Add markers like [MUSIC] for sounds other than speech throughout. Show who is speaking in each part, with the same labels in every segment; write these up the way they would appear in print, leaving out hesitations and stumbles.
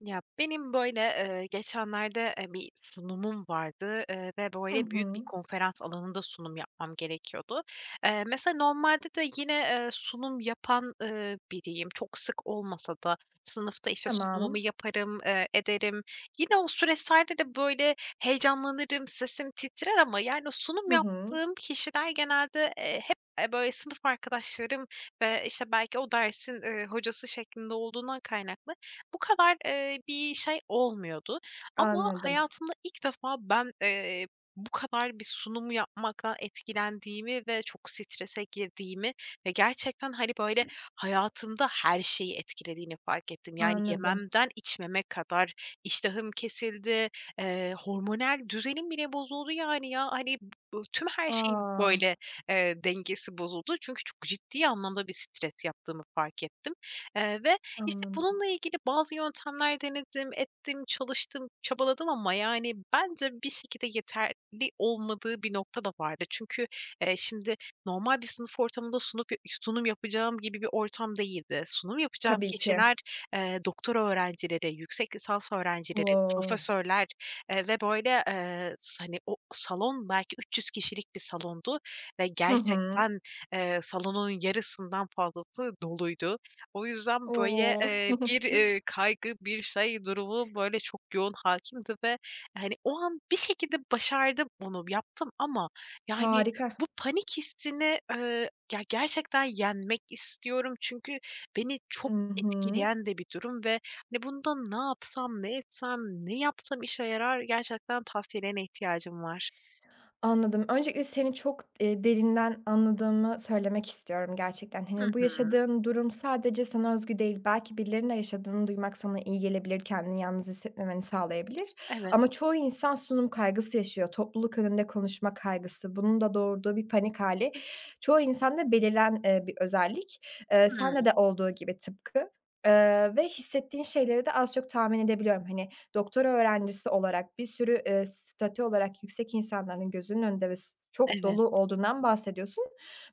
Speaker 1: Ya, benim, böyle, geçenlerde, bir sunumum vardı, ve,
Speaker 2: Hı
Speaker 1: böyle, büyük bir
Speaker 2: hı.
Speaker 1: konferans alanında sunum yapmam gerekiyordu. Mesela normalde de yine, sunum yapan, biriyim. Çok sık olmasa da sınıfta, işte, sunumumu
Speaker 2: Tamam.
Speaker 1: yaparım, ederim. Yine o süreçlerde de, böyle, heyecanlanırım, sesim titrer ama, yani, o sunum
Speaker 2: Hı hı.
Speaker 1: yaptığım kişiler genelde, hep, böyle, sınıf arkadaşlarım ve, işte, belki o dersin, hocası şeklinde olduğundan kaynaklı bu kadar, bir şey olmuyordu ama
Speaker 2: Anladım,
Speaker 1: hayatımda ilk defa ben, bu kadar bir sunumu yapmaktan etkilendiğimi ve çok strese girdiğimi ve gerçekten, hani, böyle, hayatımda her şeyi etkilediğini fark ettim. Yani
Speaker 2: anladım.
Speaker 1: yememden içmeme kadar iştahım kesildi, hormonal düzenim bile bozuldu yani ya. Hani, tüm her şeyin,
Speaker 2: A!
Speaker 1: böyle, dengesi bozuldu. Çünkü çok ciddi anlamda bir stres yaptığımı fark ettim, ve işte,
Speaker 2: Anladım.
Speaker 1: bununla ilgili bazı yöntemler denedim, ettim, çalıştım, çabaladım ama, yani, bence bir şekilde yeterli olmadığı bir nokta da vardı. Çünkü, şimdi normal bir sınıf ortamında sunum yapacağım gibi bir ortam değildi. Sunum yapacağım
Speaker 2: Tabii ki.
Speaker 1: kişiler, doktora öğrencileri, yüksek lisans öğrencileri,
Speaker 2: O!
Speaker 1: profesörler, ve, böyle, hani, o salon belki 300 kişilik bir salondu ve
Speaker 2: Hı hı.
Speaker 1: gerçekten, salonun yarısından fazlası doluydu. O yüzden, böyle,
Speaker 2: O! [LAUGHS]
Speaker 1: bir, kaygı, bir şey durumu, böyle, çok yoğun hakimdi ve, hani, o an bir şekilde başardım onu, yaptım ama, yani,
Speaker 2: Harika.
Speaker 1: bu panik hissini, ya, gerçekten yenmek istiyorum. Çünkü beni
Speaker 2: I
Speaker 1: çok
Speaker 2: hı.
Speaker 1: etkileyen de bir durum ve, hani, bunda ne yapsam, ne etsem, ne yapsam işe yarar? Gerçekten tavsiyelerine ihtiyacım var.
Speaker 2: Anladım. Öncelikle seni çok, derinden anladığımı söylemek istiyorum gerçekten.
Speaker 1: Hı
Speaker 2: Hani, bu
Speaker 1: hı.
Speaker 2: yaşadığın durum sadece sana özgü değil. Belki birilerinin de yaşadığını duymak sana iyi gelebilir, kendini yalnız hissetmemeni sağlayabilir.
Speaker 1: Evet.
Speaker 2: Ama çoğu insan sunum kaygısı yaşıyor. Topluluk önünde konuşma kaygısı. Bunun da doğurduğu bir panik hali. Çoğu insanda bir özellik.
Speaker 1: Hıı.
Speaker 2: Sende de olduğu gibi tıpkı. Ve hissettiğin şeyleri de az çok tahmin edebiliyorum. Hani, doktora öğrencisi olarak bir sürü, statü olarak yüksek insanların gözünün önünde ve s çok
Speaker 1: Evet,
Speaker 2: dolu olduğundan bahsediyorsun.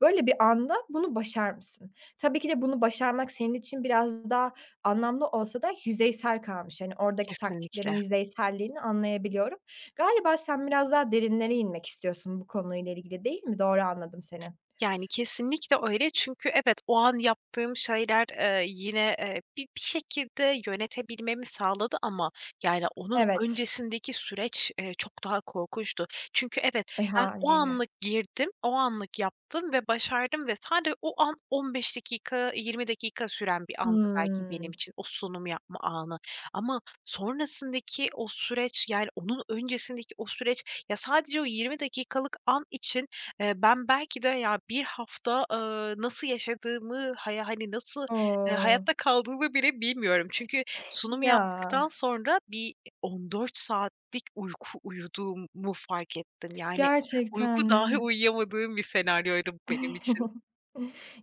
Speaker 2: Böyle bir anda bunu başar mısın? Tabii ki de bunu başarmak senin için biraz daha anlamlı olsa da yüzeysel kalmış. Yani oradaki taktiklerin
Speaker 1: kesinlikle.
Speaker 2: yüzeyselliğini anlayabiliyorum. Galiba sen biraz daha derinlere inmek istiyorsun bu konuyla ilgili, değil mi? Doğru anladım seni.
Speaker 1: Yani, kesinlikle öyle çünkü evet, o an yaptığım şeyler, yine, bir şekilde yönetebilmemi sağladı ama, yani, onun
Speaker 2: Evet.
Speaker 1: öncesindeki süreç, çok daha korkunçtu. Çünkü evet,
Speaker 2: E,
Speaker 1: ben o
Speaker 2: hâliyle.
Speaker 1: anlık girdim, o anlık yaptım ve başardım ve sadece o an 15 dakika, 20 dakika süren bir andı belki benim
Speaker 2: Hımm.
Speaker 1: için o sunum yapma anı ama sonrasındaki o süreç, yani, onun öncesindeki o süreç, ya, sadece o 20 dakikalık an için ben belki de ya, bir hafta, nasıl yaşadığımı, hani, nasıl,
Speaker 2: O!
Speaker 1: hayatta kaldığımı bile bilmiyorum. Çünkü sunum
Speaker 2: Ya,
Speaker 1: yaptıktan sonra bir 14 saatlik uyku uyuduğumu fark ettim. Yani
Speaker 2: gerçekten
Speaker 1: uyku dahi
Speaker 2: mi?
Speaker 1: uyuyamadığım bir senaryoydu bu benim için.
Speaker 2: [LAUGHS]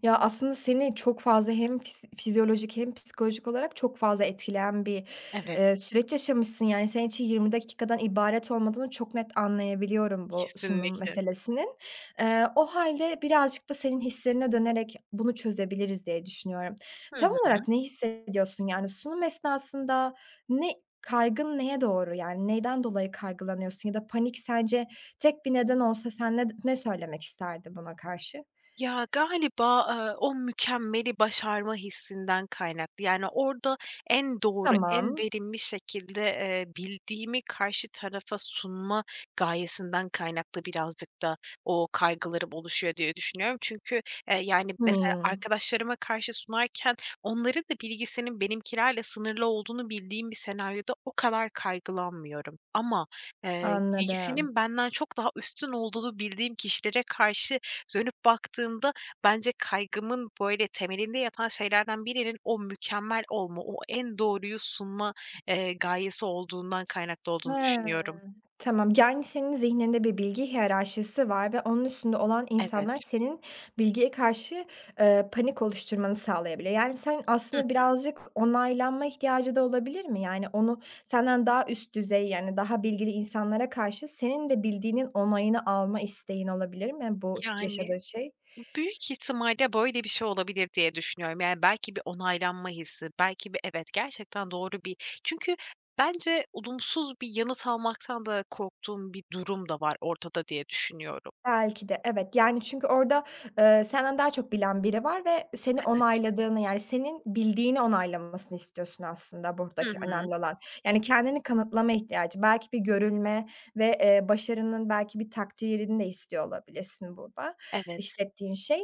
Speaker 2: Ya, aslında seni çok fazla hem fisi fizyolojik hem psikolojik olarak çok fazla etkileyen bir,
Speaker 1: Evet,
Speaker 2: süreç yaşamışsın. Yani, senin için 20 dakikadan ibaret olmadığını çok net anlayabiliyorum bu sunum
Speaker 1: kesinlikle.
Speaker 2: meselesinin. O halde birazcık da senin hislerine dönerek bunu çözebiliriz diye düşünüyorum.
Speaker 1: Hı
Speaker 2: Tam
Speaker 1: hı.
Speaker 2: olarak ne hissediyorsun? Yani, sunum esnasında ne kaygın neye doğru? Yani, neyden dolayı kaygılanıyorsun ya da panik sence tek bir neden olsa sen ne söylemek isterdin buna karşı?
Speaker 1: Ya, galiba, o mükemmeli başarma hissinden kaynaklı. Yani, orada en doğru, en
Speaker 2: Tamam.
Speaker 1: verimli şekilde, bildiğimi karşı tarafa sunma gayesinden kaynaklı birazcık da o kaygılarım oluşuyor diye düşünüyorum. Çünkü, yani, mesela
Speaker 2: Hımm,
Speaker 1: arkadaşlarıma karşı sunarken onların da bilgisinin benimkilerle sınırlı olduğunu bildiğim bir senaryoda o kadar kaygılanmıyorum. Ama,
Speaker 2: anladım.
Speaker 1: bilgisinin benden çok daha üstün olduğunu bildiğim kişilere karşı dönüp baktığımda bence kaygımın, böyle, temelinde yatan şeylerden birinin o mükemmel olma, o en doğruyu sunma, gayesi olduğundan kaynaklı
Speaker 2: He,
Speaker 1: olduğunu düşünüyorum.
Speaker 2: tamam. Yani, senin zihninde bir bilgi hiyerarşisi var ve onun üstünde olan
Speaker 1: Evet.
Speaker 2: insanlar senin bilgiye karşı, panik oluşturmanı sağlayabilir. Yani, sen
Speaker 1: Hıh.
Speaker 2: aslında birazcık onaylanma ihtiyacı da olabilir mi? Yani, onu senden daha üst düzey, yani, daha bilgili insanlara karşı senin de bildiğinin onayını alma isteğin olabilir mi bu
Speaker 1: Yani,
Speaker 2: yaşadığın şey?
Speaker 1: büyük ihtimalle böyle bir şey olabilir diye düşünüyorum. Yani, belki bir onaylanma hissi, belki bir evet, gerçekten doğru bir. Çünkü bence olumsuz bir yanıt almaktan da korktuğum bir durum da var ortada diye düşünüyorum.
Speaker 2: Belki de, evet. Yani, çünkü orada, senden daha çok bilen biri var ve seni
Speaker 1: Evet.
Speaker 2: onayladığını, yani, senin bildiğini onaylamasını istiyorsun aslında
Speaker 1: Hı
Speaker 2: buradaki
Speaker 1: hı.
Speaker 2: önemli olan. Yani, kendini kanıtlama ihtiyacı, belki bir görülme ve, başarının belki bir takdirini de istiyor olabilirsin burada,
Speaker 1: Evet.
Speaker 2: hissettiğin şey.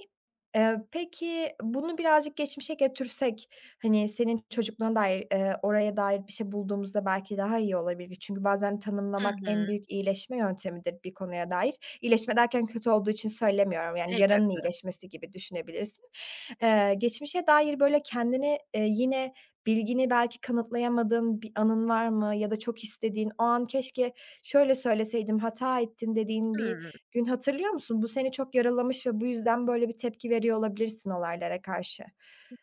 Speaker 2: Peki, bunu birazcık geçmişe götürsek, hani, senin çocukluğuna dair, oraya dair bir şey bulduğumuzda belki daha iyi olabilir. Çünkü bazen
Speaker 1: Hı
Speaker 2: tanımlamak
Speaker 1: hı.
Speaker 2: en büyük iyileşme yöntemidir bir konuya dair. İyileşme derken kötü olduğu için söylemiyorum, yani yaranın
Speaker 1: Elbette.
Speaker 2: iyileşmesi gibi düşünebilirsin. Geçmişe dair böyle kendini, yine bilgini belki kanıtlayamadığın bir anın var mı? Ya da çok istediğin, "O an keşke şöyle söyleseydim, hata ettim." dediğin bir
Speaker 1: Hıı.
Speaker 2: gün hatırlıyor musun? Bu seni çok yaralamış ve bu yüzden böyle bir tepki veriyor olabilirsin olaylara karşı.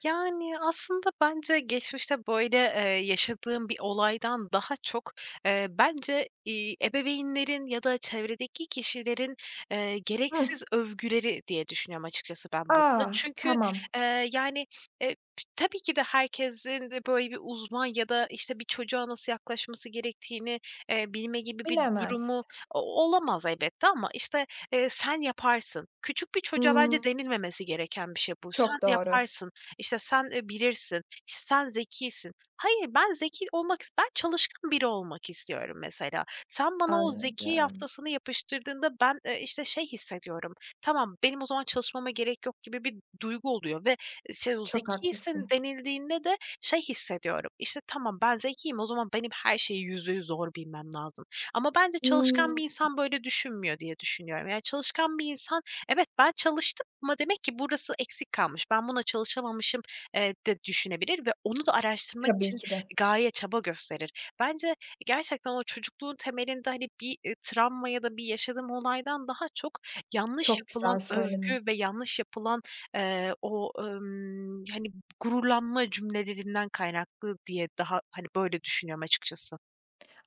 Speaker 1: Yani, aslında bence geçmişte, böyle, yaşadığım bir olaydan daha çok, bence, ebeveynlerin ya da çevredeki kişilerin,
Speaker 2: Hıh.
Speaker 1: gereksiz övgüleri diye düşünüyorum açıkçası ben burada.
Speaker 2: A!
Speaker 1: Çünkü,
Speaker 2: Tamam.
Speaker 1: yani, eee, tabii ki de herkesin de, böyle, bir uzman ya da, işte, bir çocuğa nasıl yaklaşması gerektiğini, bilme gibi bir durumu
Speaker 2: Bilemez.
Speaker 1: o olamaz elbette ama, işte, "Sen yaparsın." Küçük bir çocuğa bence
Speaker 2: Hımm.
Speaker 1: denilmemesi gereken bir şey bu. "Sen
Speaker 2: Çok doğru.
Speaker 1: yaparsın." İşte, "Sen, bilirsin, işte, sen zekisin." Hayır, ben zeki olmak ben çalışkan biri olmak istiyorum mesela. Sen bana o zeki
Speaker 2: Anladım.
Speaker 1: yaftasını yapıştırdığında ben, işte, şey hissediyorum, "Tamam, benim o zaman çalışmama gerek yok." gibi bir duygu oluyor ve, şey, o
Speaker 2: Çok
Speaker 1: zekisin
Speaker 2: haklısın.
Speaker 1: denildiğinde de şey hissediyorum, İşte "Tamam, ben zekiyim, o zaman benim her şeyi %100 zor bilmem lazım." Ama bence çalışkan
Speaker 2: Hımm.
Speaker 1: bir insan böyle düşünmüyor diye düşünüyorum. Yani çalışkan bir insan, "Evet, ben çalıştım. Ama demek ki burası eksik kalmış. Ben buna çalışamamışım," de düşünebilir ve onu da araştırmak
Speaker 2: Tabii
Speaker 1: için
Speaker 2: ki de.
Speaker 1: gaye, çaba gösterir. Bence gerçekten o çocukluğun temelinde, hani, bir, travma ya da bir yaşadığım olaydan daha çok yanlış
Speaker 2: Çok güzel
Speaker 1: yapılan
Speaker 2: söyledin.
Speaker 1: övgü ve yanlış yapılan, o, hani, gururlanma cümlelerinden kaynaklı diye daha, hani, böyle düşünüyorum açıkçası.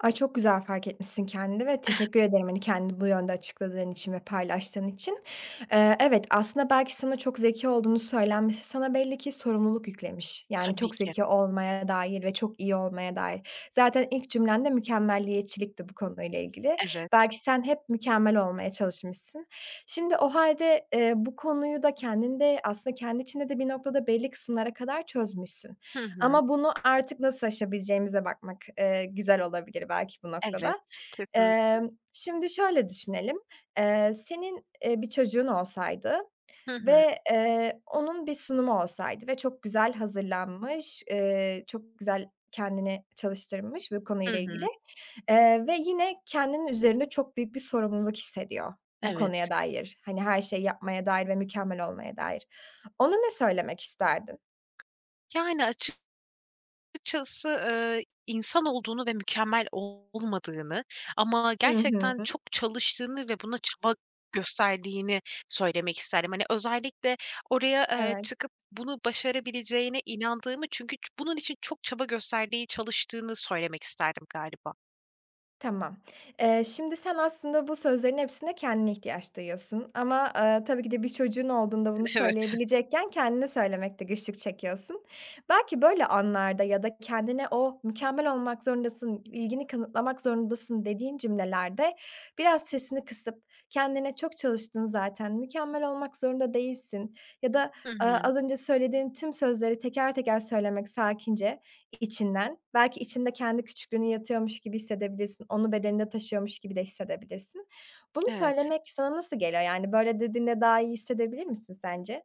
Speaker 2: Ay, çok güzel fark etmişsin kendini ve teşekkür ederim, hani, kendini bu yönde açıkladığın için ve paylaştığın için. Evet, aslında belki sana çok zeki olduğunu söylenmesi sana belli ki sorumluluk yüklemiş. Yani
Speaker 1: Tabii
Speaker 2: çok
Speaker 1: ki.
Speaker 2: zeki olmaya dair ve çok iyi olmaya dair. Zaten ilk cümlende de mükemmelliyetçilikti bu konuyla ilgili.
Speaker 1: Evet.
Speaker 2: Belki sen hep mükemmel olmaya çalışmışsın. Şimdi o halde bu konuyu da kendinde aslında kendi içinde de bir noktada belli kısımlara kadar çözmüşsün.
Speaker 1: Hı hı.
Speaker 2: Ama bunu artık nasıl aşabileceğimize bakmak, güzel olabilir belki bu
Speaker 1: Evet.
Speaker 2: noktada.
Speaker 1: Kesinlikle.
Speaker 2: Şimdi şöyle düşünelim. Senin, bir çocuğun olsaydı
Speaker 1: Hı hı.
Speaker 2: ve, onun bir sunumu olsaydı ve çok güzel hazırlanmış, çok güzel kendini çalıştırmış bu
Speaker 1: Hı
Speaker 2: konuyla ilgili,
Speaker 1: hı.
Speaker 2: ve yine kendinin üzerinde çok büyük bir sorumluluk hissediyor bu
Speaker 1: Evet.
Speaker 2: konuya dair. Hani, her şeyi yapmaya dair ve mükemmel olmaya dair. Ona ne söylemek isterdin?
Speaker 1: Yani, açıkçası, insan olduğunu ve mükemmel olmadığını ama
Speaker 2: Hı hı.
Speaker 1: gerçekten çok çalıştığını ve buna çaba gösterdiğini söylemek isterdim. Hani, özellikle oraya,
Speaker 2: Evet.
Speaker 1: çıkıp bunu başarabileceğine inandığımı çünkü bunun için çok çaba gösterdiği, çalıştığını söylemek isterdim galiba.
Speaker 2: Tamam. Şimdi sen aslında bu sözlerin hepsine kendine ihtiyaç duyuyorsun ama, tabii ki de bir çocuğun olduğunda bunu
Speaker 1: [LAUGHS] Evet.
Speaker 2: söyleyebilecekken kendine söylemekte güçlük çekiyorsun. Belki böyle anlarda ya da kendine o "Mükemmel olmak zorundasın, ilgini kanıtlamak zorundasın." dediğin cümlelerde biraz sesini kısıp kendine "Çok çalıştın zaten, mükemmel olmak zorunda değilsin." ya da,
Speaker 1: Hı hı.
Speaker 2: az önce söylediğin tüm sözleri teker teker söylemek sakince içinden. Belki içinde kendi küçüklüğünü yatıyormuş gibi hissedebilirsin. Onu bedeninde taşıyormuş gibi de hissedebilirsin. Bunu
Speaker 1: Evet.
Speaker 2: söylemek sana nasıl geliyor? Yani, böyle dediğinde daha iyi hissedebilir misin sence?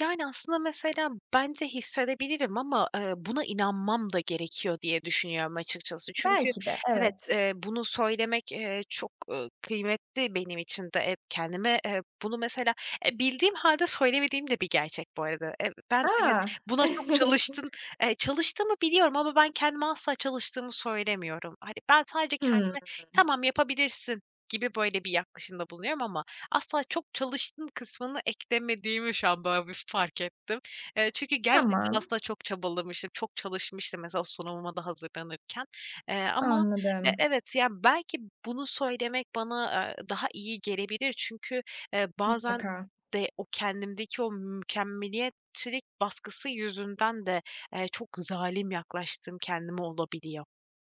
Speaker 1: Yani, aslında mesela bence hissedebilirim ama, buna inanmam da gerekiyor diye düşünüyorum açıkçası. Çünkü
Speaker 2: Belki de,
Speaker 1: evet,
Speaker 2: evet.
Speaker 1: bunu söylemek, çok, kıymetli benim için de. Kendime, bunu mesela, bildiğim hâlde söylemediğim de bir gerçek bu arada. Ben evet,
Speaker 2: A!
Speaker 1: buna çok
Speaker 2: [LAUGHS]
Speaker 1: çalıştın, çalıştığımı biliyorum ama ben kendime asla çalıştığımı söylemiyorum. Hani, ben sadece
Speaker 2: Hımm,
Speaker 1: kendime "Tamam, yapabilirsin." gibi böyle bir yaklaşımda bulunuyorum ama asla çok çalıştın kısmını eklemediğimi şu an böyle bir fark ettim. Çünkü gerçekten
Speaker 2: tamam,
Speaker 1: aslında çok çabalamıştım, çok çalışmıştım mesela sunumuma da hazırlanırken. Ama
Speaker 2: anladım.
Speaker 1: evet, yani, belki bunu söylemek bana, daha iyi gelebilir. Çünkü, bazen
Speaker 2: Mutlaka.
Speaker 1: de o kendimdeki o mükemmeliyetçilik baskısı yüzünden de, çok zalim yaklaştığım kendime olabiliyor.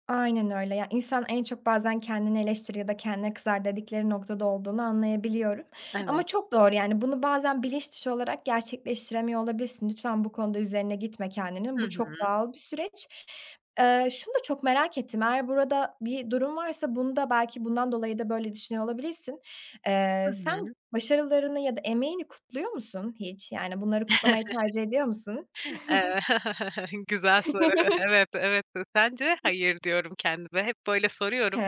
Speaker 2: Aynen öyle. Ya, insan en çok bazen kendini eleştirir ya da kendine kızar dedikleri noktada olduğunu anlayabiliyorum. Ama
Speaker 1: Evet.
Speaker 2: çok doğru, yani, bunu bazen bilinç dışı olarak gerçekleştiremiyor olabilirsin. Lütfen bu konuda üzerine gitme kendinin.
Speaker 1: Hı
Speaker 2: Bu çok
Speaker 1: hı.
Speaker 2: doğal bir süreç. Şunu da çok merak ettim. Eğer burada bir durum varsa bunu da belki bundan dolayı da böyle düşünüyor olabilirsin.
Speaker 1: Hı hı.
Speaker 2: Sen başarılarını ya da emeğini kutluyor musun hiç? Yani, bunları kutlamayı tercih ediyor musun?
Speaker 1: Eee,
Speaker 2: [LAUGHS]
Speaker 1: [LAUGHS] güzel soru. [LAUGHS] Evet, evet. Sence? Hayır diyorum kendime. Hep böyle soruyorum
Speaker 2: He,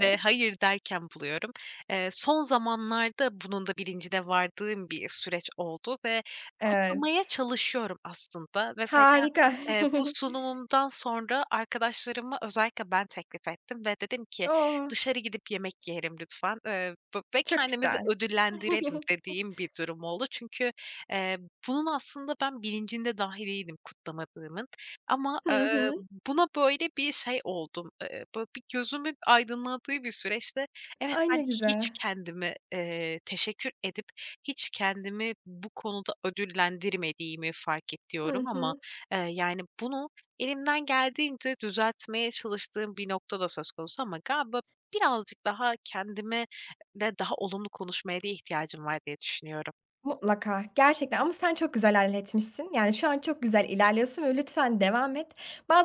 Speaker 1: ve hayır derken buluyorum. Son zamanlarda bunun da bilincine vardığım bir süreç oldu ve kutlamaya
Speaker 2: evet.
Speaker 1: çalışıyorum aslında. Mesela,
Speaker 2: Harika.
Speaker 1: bu
Speaker 2: [LAUGHS]
Speaker 1: sunumumdan sonra arkadaşlarıma özellikle ben teklif ettim ve dedim ki,
Speaker 2: Oh,
Speaker 1: "Dışarı gidip yemek yiyelim lütfen, b ve
Speaker 2: çok
Speaker 1: kendimizi
Speaker 2: güzel.
Speaker 1: ödüllendirelim."
Speaker 2: [LAUGHS]
Speaker 1: dediğim bir durum oldu. Çünkü, eee, bunun aslında ben bilincinde dahi değilim kutlamadığımın ama,
Speaker 2: Hı hı.
Speaker 1: buna böyle bir şey oldum, böyle bir gözümün aydınladığı bir süreçte evet,
Speaker 2: Ay,
Speaker 1: ben
Speaker 2: ne güzel.
Speaker 1: hiç kendime, teşekkür edip hiç kendimi bu konuda ödüllendirmediğimi fark
Speaker 2: Hı
Speaker 1: ediyorum ama,
Speaker 2: hı.
Speaker 1: yani, bunu elimden geldiğince düzeltmeye çalıştığım bir nokta da söz konusu ama galiba birazcık daha kendime de daha olumlu konuşmaya da ihtiyacım var diye düşünüyorum.
Speaker 2: Mutlaka, gerçekten ama sen çok güzel halletmişsin. Yani, şu an çok güzel ilerliyorsun ve lütfen devam et.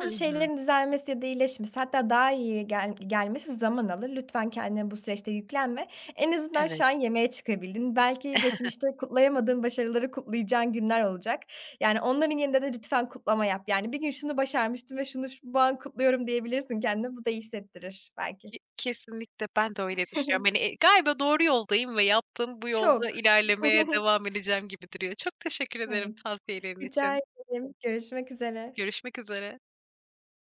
Speaker 1: Hı hı.
Speaker 2: şeylerin düzelmesi ya da iyileşmesi hatta daha iyi gelmesi zaman alır. Lütfen kendine bu süreçte yüklenme. En azından şu
Speaker 1: Evet.
Speaker 2: an yemeğe çıkabildin. Belki geçmişte kutlayamadığın başarıları kutlayacağın günler olacak. Yani, onların yerinde de lütfen kutlama yap. Yani, "Bir gün şunu başarmıştım ve şu bu an kutluyorum." diyebilirsin kendine. Bu da iyi hissettirir belki.
Speaker 1: Kesinlikle ben de öyle düşünüyorum. Hani,
Speaker 2: [LAUGHS]
Speaker 1: galiba doğru yoldayım ve yaptığım bu
Speaker 2: Çok.
Speaker 1: yolda ilerlemeye
Speaker 2: [LAUGHS]
Speaker 1: devam edeceğim gibi duruyor. Çok teşekkür ederim
Speaker 2: Evet.
Speaker 1: tavsiyelerin
Speaker 2: Rica
Speaker 1: için.
Speaker 2: ederim. Görüşmek üzere.
Speaker 1: Görüşmek üzere.